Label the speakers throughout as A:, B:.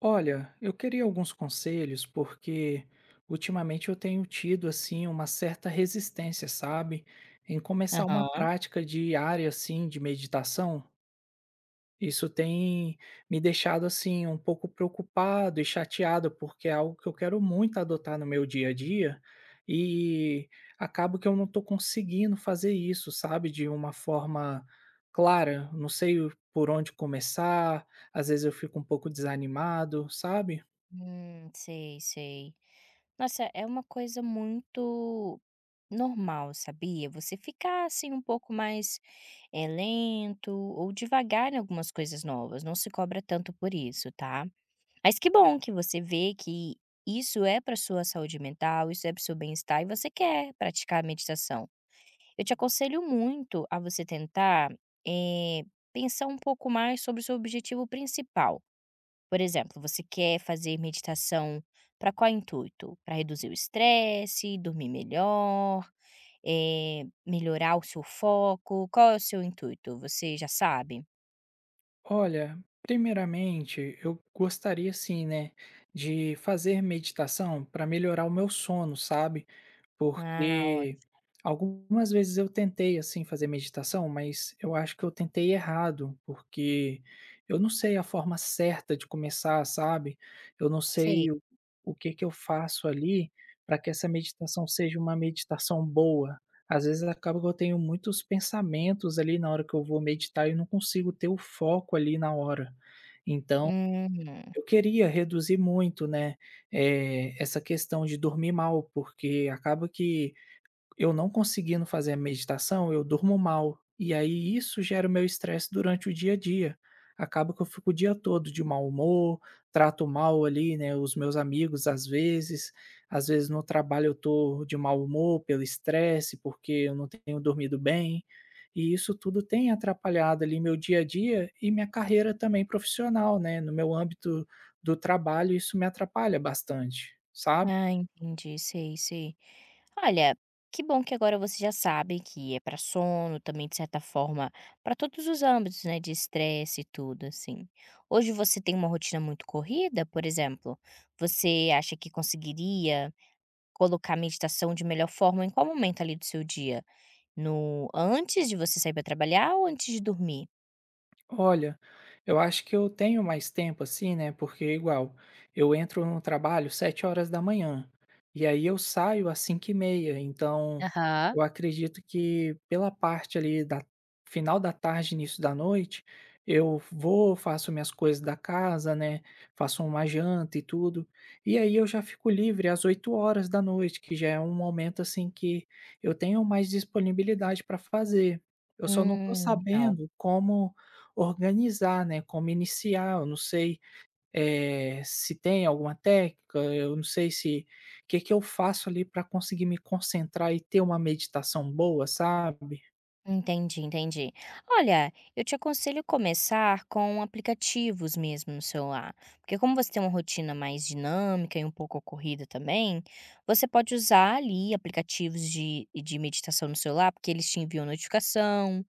A: Olha, eu queria alguns conselhos porque ultimamente eu tenho tido assim uma certa resistência, sabe, em começar uma
B: Aham.
A: prática diária assim de meditação. Isso tem me deixado assim um pouco preocupado e chateado porque é algo que eu quero muito adotar no meu dia a dia e acabo que eu não estou conseguindo fazer isso, sabe, de uma forma clara. Não sei por onde começar. Às vezes eu fico um pouco desanimado, sabe?
B: Sei, sei. Nossa, é uma coisa muito normal, sabia? Você ficar assim um pouco mais lento ou devagar em algumas coisas novas. Não se cobra tanto por isso, tá? Mas que bom que você vê que isso é para sua saúde mental, isso é para seu bem-estar e você quer praticar a meditação. Eu te aconselho muito a você tentar eh, pensar um pouco mais sobre o seu objetivo principal. Por exemplo, você quer fazer meditação para qual intuito? Para reduzir o estresse, dormir melhor, melhorar o seu foco? Qual é o seu intuito? Você já sabe?
A: Olha, primeiramente, eu gostaria sim, né, de fazer meditação para melhorar o meu sono, sabe?
B: Ah, ó,
A: Porque algumas vezes eu tentei assim fazer meditação, mas eu acho que eu tentei errado, porque eu não sei a forma certa de começar, sabe? Eu não
B: sei.
A: sei o que que eu faço ali para que essa meditação seja uma meditação boa. Às vezes acaba que eu tenho muitos pensamentos ali na hora que eu vou meditar e não consigo ter o foco ali na hora. Então,
B: Uhum.
A: eu queria reduzir muito, né, essa questão de dormir mal, porque acaba que eu não conseguindo fazer a meditação, eu durmo mal, e aí isso gera o meu estresse durante o dia a dia. Acaba que eu fico o dia todo de mau humor, trato mal ali, né, os meus amigos às vezes no trabalho eu tô de mau humor pelo estresse, porque eu não tenho dormido bem, e isso tudo tem atrapalhado ali meu dia a dia e minha carreira também profissional, né, no meu âmbito do trabalho isso me atrapalha bastante, sabe?
B: Ah, entendi, sei, sei. Olha, que bom que agora você já sabe que é para sono, também de certa forma, para todos os âmbitos, né, de estresse e tudo assim. Hoje você tem uma rotina muito corrida, por exemplo, você acha que conseguiria colocar a meditação de melhor forma em qual momento ali do seu dia? No antes de você sair para trabalhar ou antes de dormir?
A: Olha, eu acho que eu tenho mais tempo assim, né? Porque é igual, eu entro no trabalho 7 horas da manhã e aí eu saio às 5 e meia. Então,
B: Aham.
A: eu acredito que pela parte ali da final da tarde, início da noite, eu vou, faço minhas coisas da casa, né? Faço uma janta e tudo. E aí eu já fico livre às 8 horas da noite, que já é um momento assim que eu tenho mais disponibilidade para fazer. Eu só não estou
B: Legal.
A: sabendo como organizar, né, como iniciar, eu não sei, se tem alguma técnica, eu não sei se o que que eu faço ali para conseguir me concentrar e ter uma meditação boa, sabe?
B: Entendi, entendi. Olha, eu te aconselho começar com aplicativos mesmo no celular, porque como você tem uma rotina mais dinâmica e um pouco corrida também, você pode usar ali aplicativos de meditação no celular, porque eles te enviam notificação,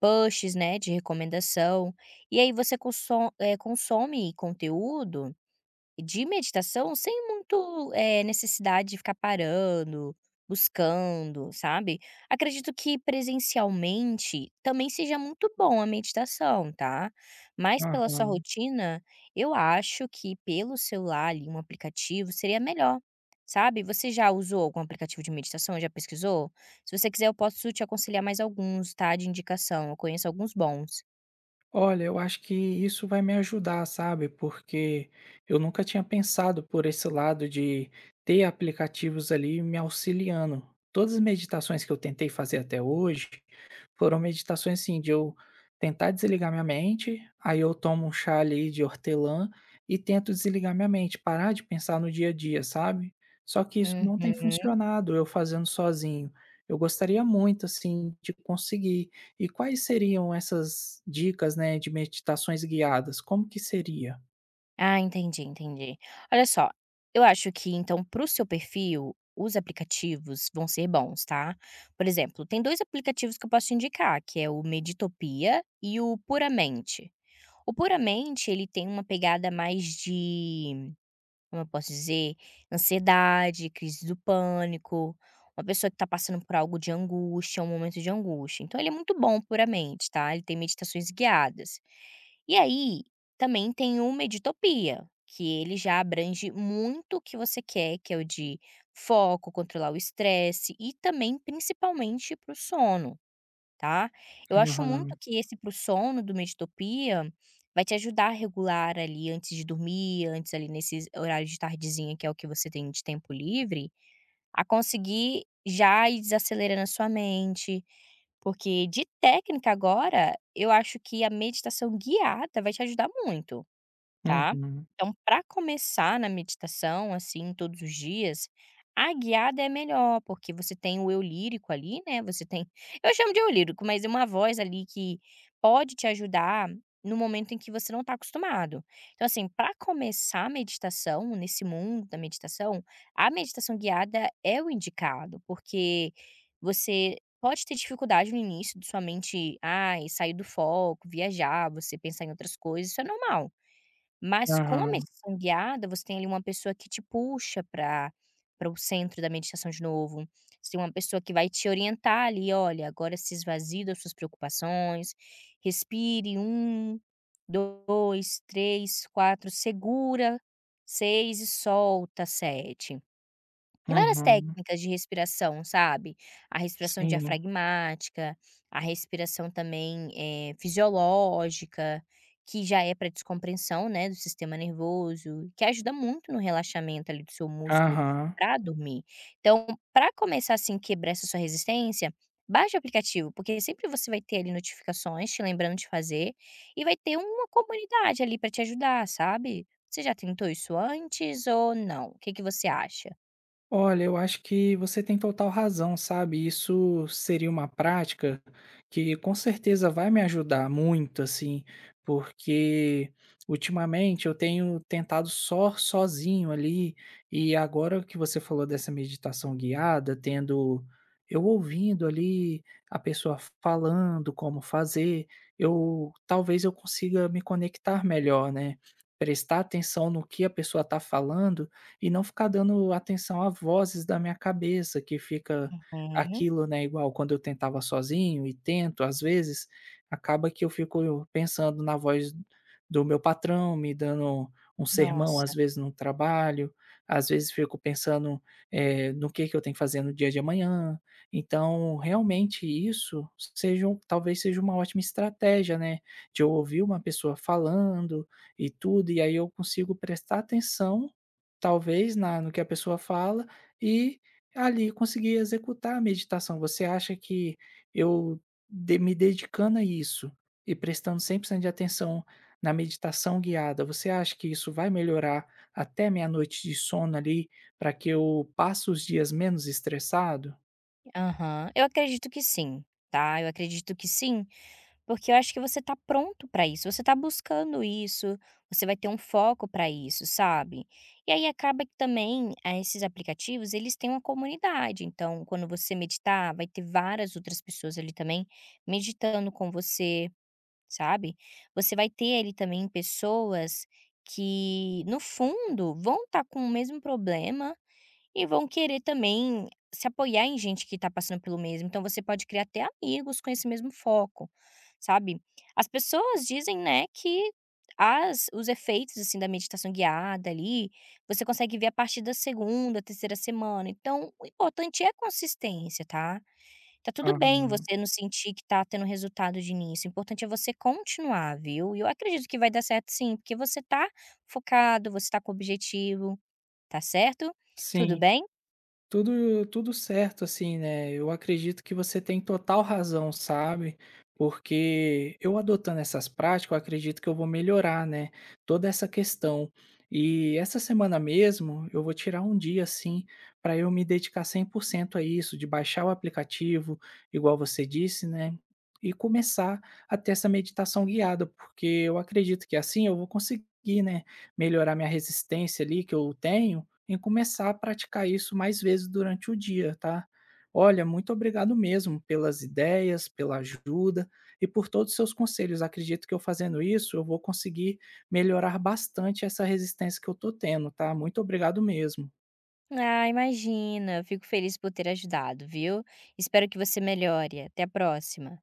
B: pushs, né, de recomendação, e aí você consome conteúdo de meditação sem muito necessidade de ficar parando, buscando, sabe. Acredito que presencialmente também seja muito bom a meditação, tá. Mas pela sua
A: Aham.
B: rotina, eu acho que pelo celular ali, um aplicativo seria melhor, sabe. Você já usou algum aplicativo de meditação, já pesquisou? Se você quiser eu posso te aconselhar mais alguns, tá, de indicação, eu conheço alguns bons.
A: Olha, eu acho que isso vai me ajudar, sabe? Porque eu nunca tinha pensado por esse lado de ter aplicativos ali me auxiliando. Todas as meditações que eu tentei fazer até hoje foram meditações assim, de eu tentar desligar minha mente, aí eu tomo um chá ali de hortelã e tento desligar minha mente, parar de pensar no dia a dia, sabe? Só que isso não tem
B: Uhum.
A: funcionado eu fazendo sozinho. Eu gostaria muito, assim, de conseguir e quais seriam essas dicas, né, de meditações guiadas? Como que seria?
B: Ah, entendi, entendi. Olha só, eu acho que então para o seu perfil, os aplicativos vão ser bons, tá? Por exemplo, tem 2 aplicativos que eu posso te indicar, que é o Meditopia e o Puramente. O Puramente ele tem uma pegada mais de como eu posso dizer? Ansiedade, crise do pânico, uma pessoa que está passando por algo de angústia, um momento de angústia. Então ele é muito bom puramente, tá? Ele tem meditações guiadas. E aí, também tem o Meditopia, que ele já abrange muito o que você quer, que é o de foco, controlar o estresse e também, principalmente, para o sono. Tá? Eu acho muito
A: Aham,
B: que esse para o sono do Meditopia vai te ajudar a regular ali antes de dormir, antes ali nesses horários de tardezinha, que é o que você tem de tempo livre, a conseguir já ir desacelerando a sua mente. Porque de técnica agora, eu acho que a meditação guiada vai te ajudar muito. Tá?
A: uhum,
B: Então, para começar na meditação, assim, todos os dias, a guiada é melhor, porque você tem o eu lírico ali, né? Você tem. Eu chamo de eu lírico, mas é uma voz ali que pode te ajudar no momento em que você não está acostumado. Então, assim, para começar a meditação, nesse mundo da meditação, a meditação guiada é o indicado, porque você. Pode ter dificuldade no início de sua mente, ai, sair do foco, viajar, você pensar em outras coisas, isso é normal. Mas com a
A: aham,
B: meditação é guiada, você tem ali uma pessoa que te puxa para o centro da meditação de novo. Você tem uma pessoa que vai te orientar ali: "Olha, agora se esvazie das suas preocupações, respire um, 2, 3, 4, segura 6, e solta 7 tem várias
A: aham,
B: técnicas de respiração, sabe. A respiração
A: sim,
B: diafragmática, a respiração também, fisiológica, que já é para descompressão, né, do sistema nervoso, que ajuda muito no relaxamento ali do seu músculo
A: aham.
B: para dormir. Então, para começar, assim, quebrar essa sua resistência, baixa o aplicativo, porque sempre você vai ter ali notificações te lembrando de fazer e vai ter uma comunidade ali para te ajudar, sabe. Você já tentou isso antes ou não? O que que você acha?
A: Olha, eu acho que você tem total razão, sabe? Isso seria uma prática que com certeza vai me ajudar muito, assim, porque ultimamente eu tenho tentado só sozinho ali, e agora que você falou dessa meditação guiada, tendo eu ouvindo ali a pessoa falando como fazer, eu talvez eu consiga me conectar melhor, né? Prestar atenção no que a pessoa está falando e não ficar dando atenção a vozes da minha cabeça que fica
B: Hum,
A: aquilo, né, igual quando eu tentava sozinho e tento às vezes, acaba que eu fico pensando na voz do meu patrão me dando um sermão, às
B: nossa.
A: vezes, no trabalho, às vezes fico pensando, no que eu tenho que fazer no dia de amanhã. Então, realmente isso seja um talvez seja uma ótima estratégia, né, de eu ouvir uma pessoa falando e tudo, e aí eu consigo prestar atenção talvez na no que a pessoa fala e ali conseguir executar a meditação. Você acha que eu de me dedicando a isso e prestando 100% de atenção na meditação guiada, você acha que isso vai melhorar até minha noite de sono ali, para que eu passe os dias menos estressado?
B: Aham. Eu acredito que sim, tá, eu acredito que sim, porque eu acho que você tá pronto pra isso, você tá buscando isso, você vai ter um foco pra isso, sabe. E aí acaba que também, ah, esses aplicativos, eles têm uma comunidade, então quando você meditar, vai ter várias outras pessoas ali também meditando com você, sabe. Você vai ter ali também pessoas que, no fundo, vão estar com o mesmo problema e vão querer também se apoiar em gente que está passando pelo mesmo, então você pode criar até amigos com esse mesmo foco, sabe. As pessoas dizem, né, que as os efeitos, assim, da meditação guiada ali, você consegue ver a partir da segunda, terceira semana, então o importante é a consistência, tá. Tá tudo bem
A: Aham.
B: você não sentir que tá tendo resultado de início, o importante é você continuar, viu. E eu acredito que vai dar certo sim, porque você tá focado, você tá com objetivo, tá certo? Tudo
A: Sim.
B: bem?
A: Tudo certo, assim, né, eu acredito que você tem total razão, sabe, porque eu adotando essas práticas, eu acredito que eu vou melhorar, né, toda essa questão. E essa semana mesmo, eu vou tirar um dia, assim, para eu me dedicar 100% a isso, de baixar o aplicativo, igual você disse, né, e começar a ter essa meditação guiada, porque eu acredito que assim eu vou conseguir, né, melhorar minha resistência ali que eu tenho em começar a praticar isso mais vezes durante o dia, tá? Olha, muito obrigado mesmo pelas ideias, pela ajuda e por todos os seus conselhos. Acredito que eu fazendo isso, eu vou conseguir melhorar bastante essa resistência que eu tô tendo, tá? Muito obrigado mesmo.
B: Ah, imagina. Eu fico feliz por ter ajudado, viu? Espero que você melhore. Até a próxima.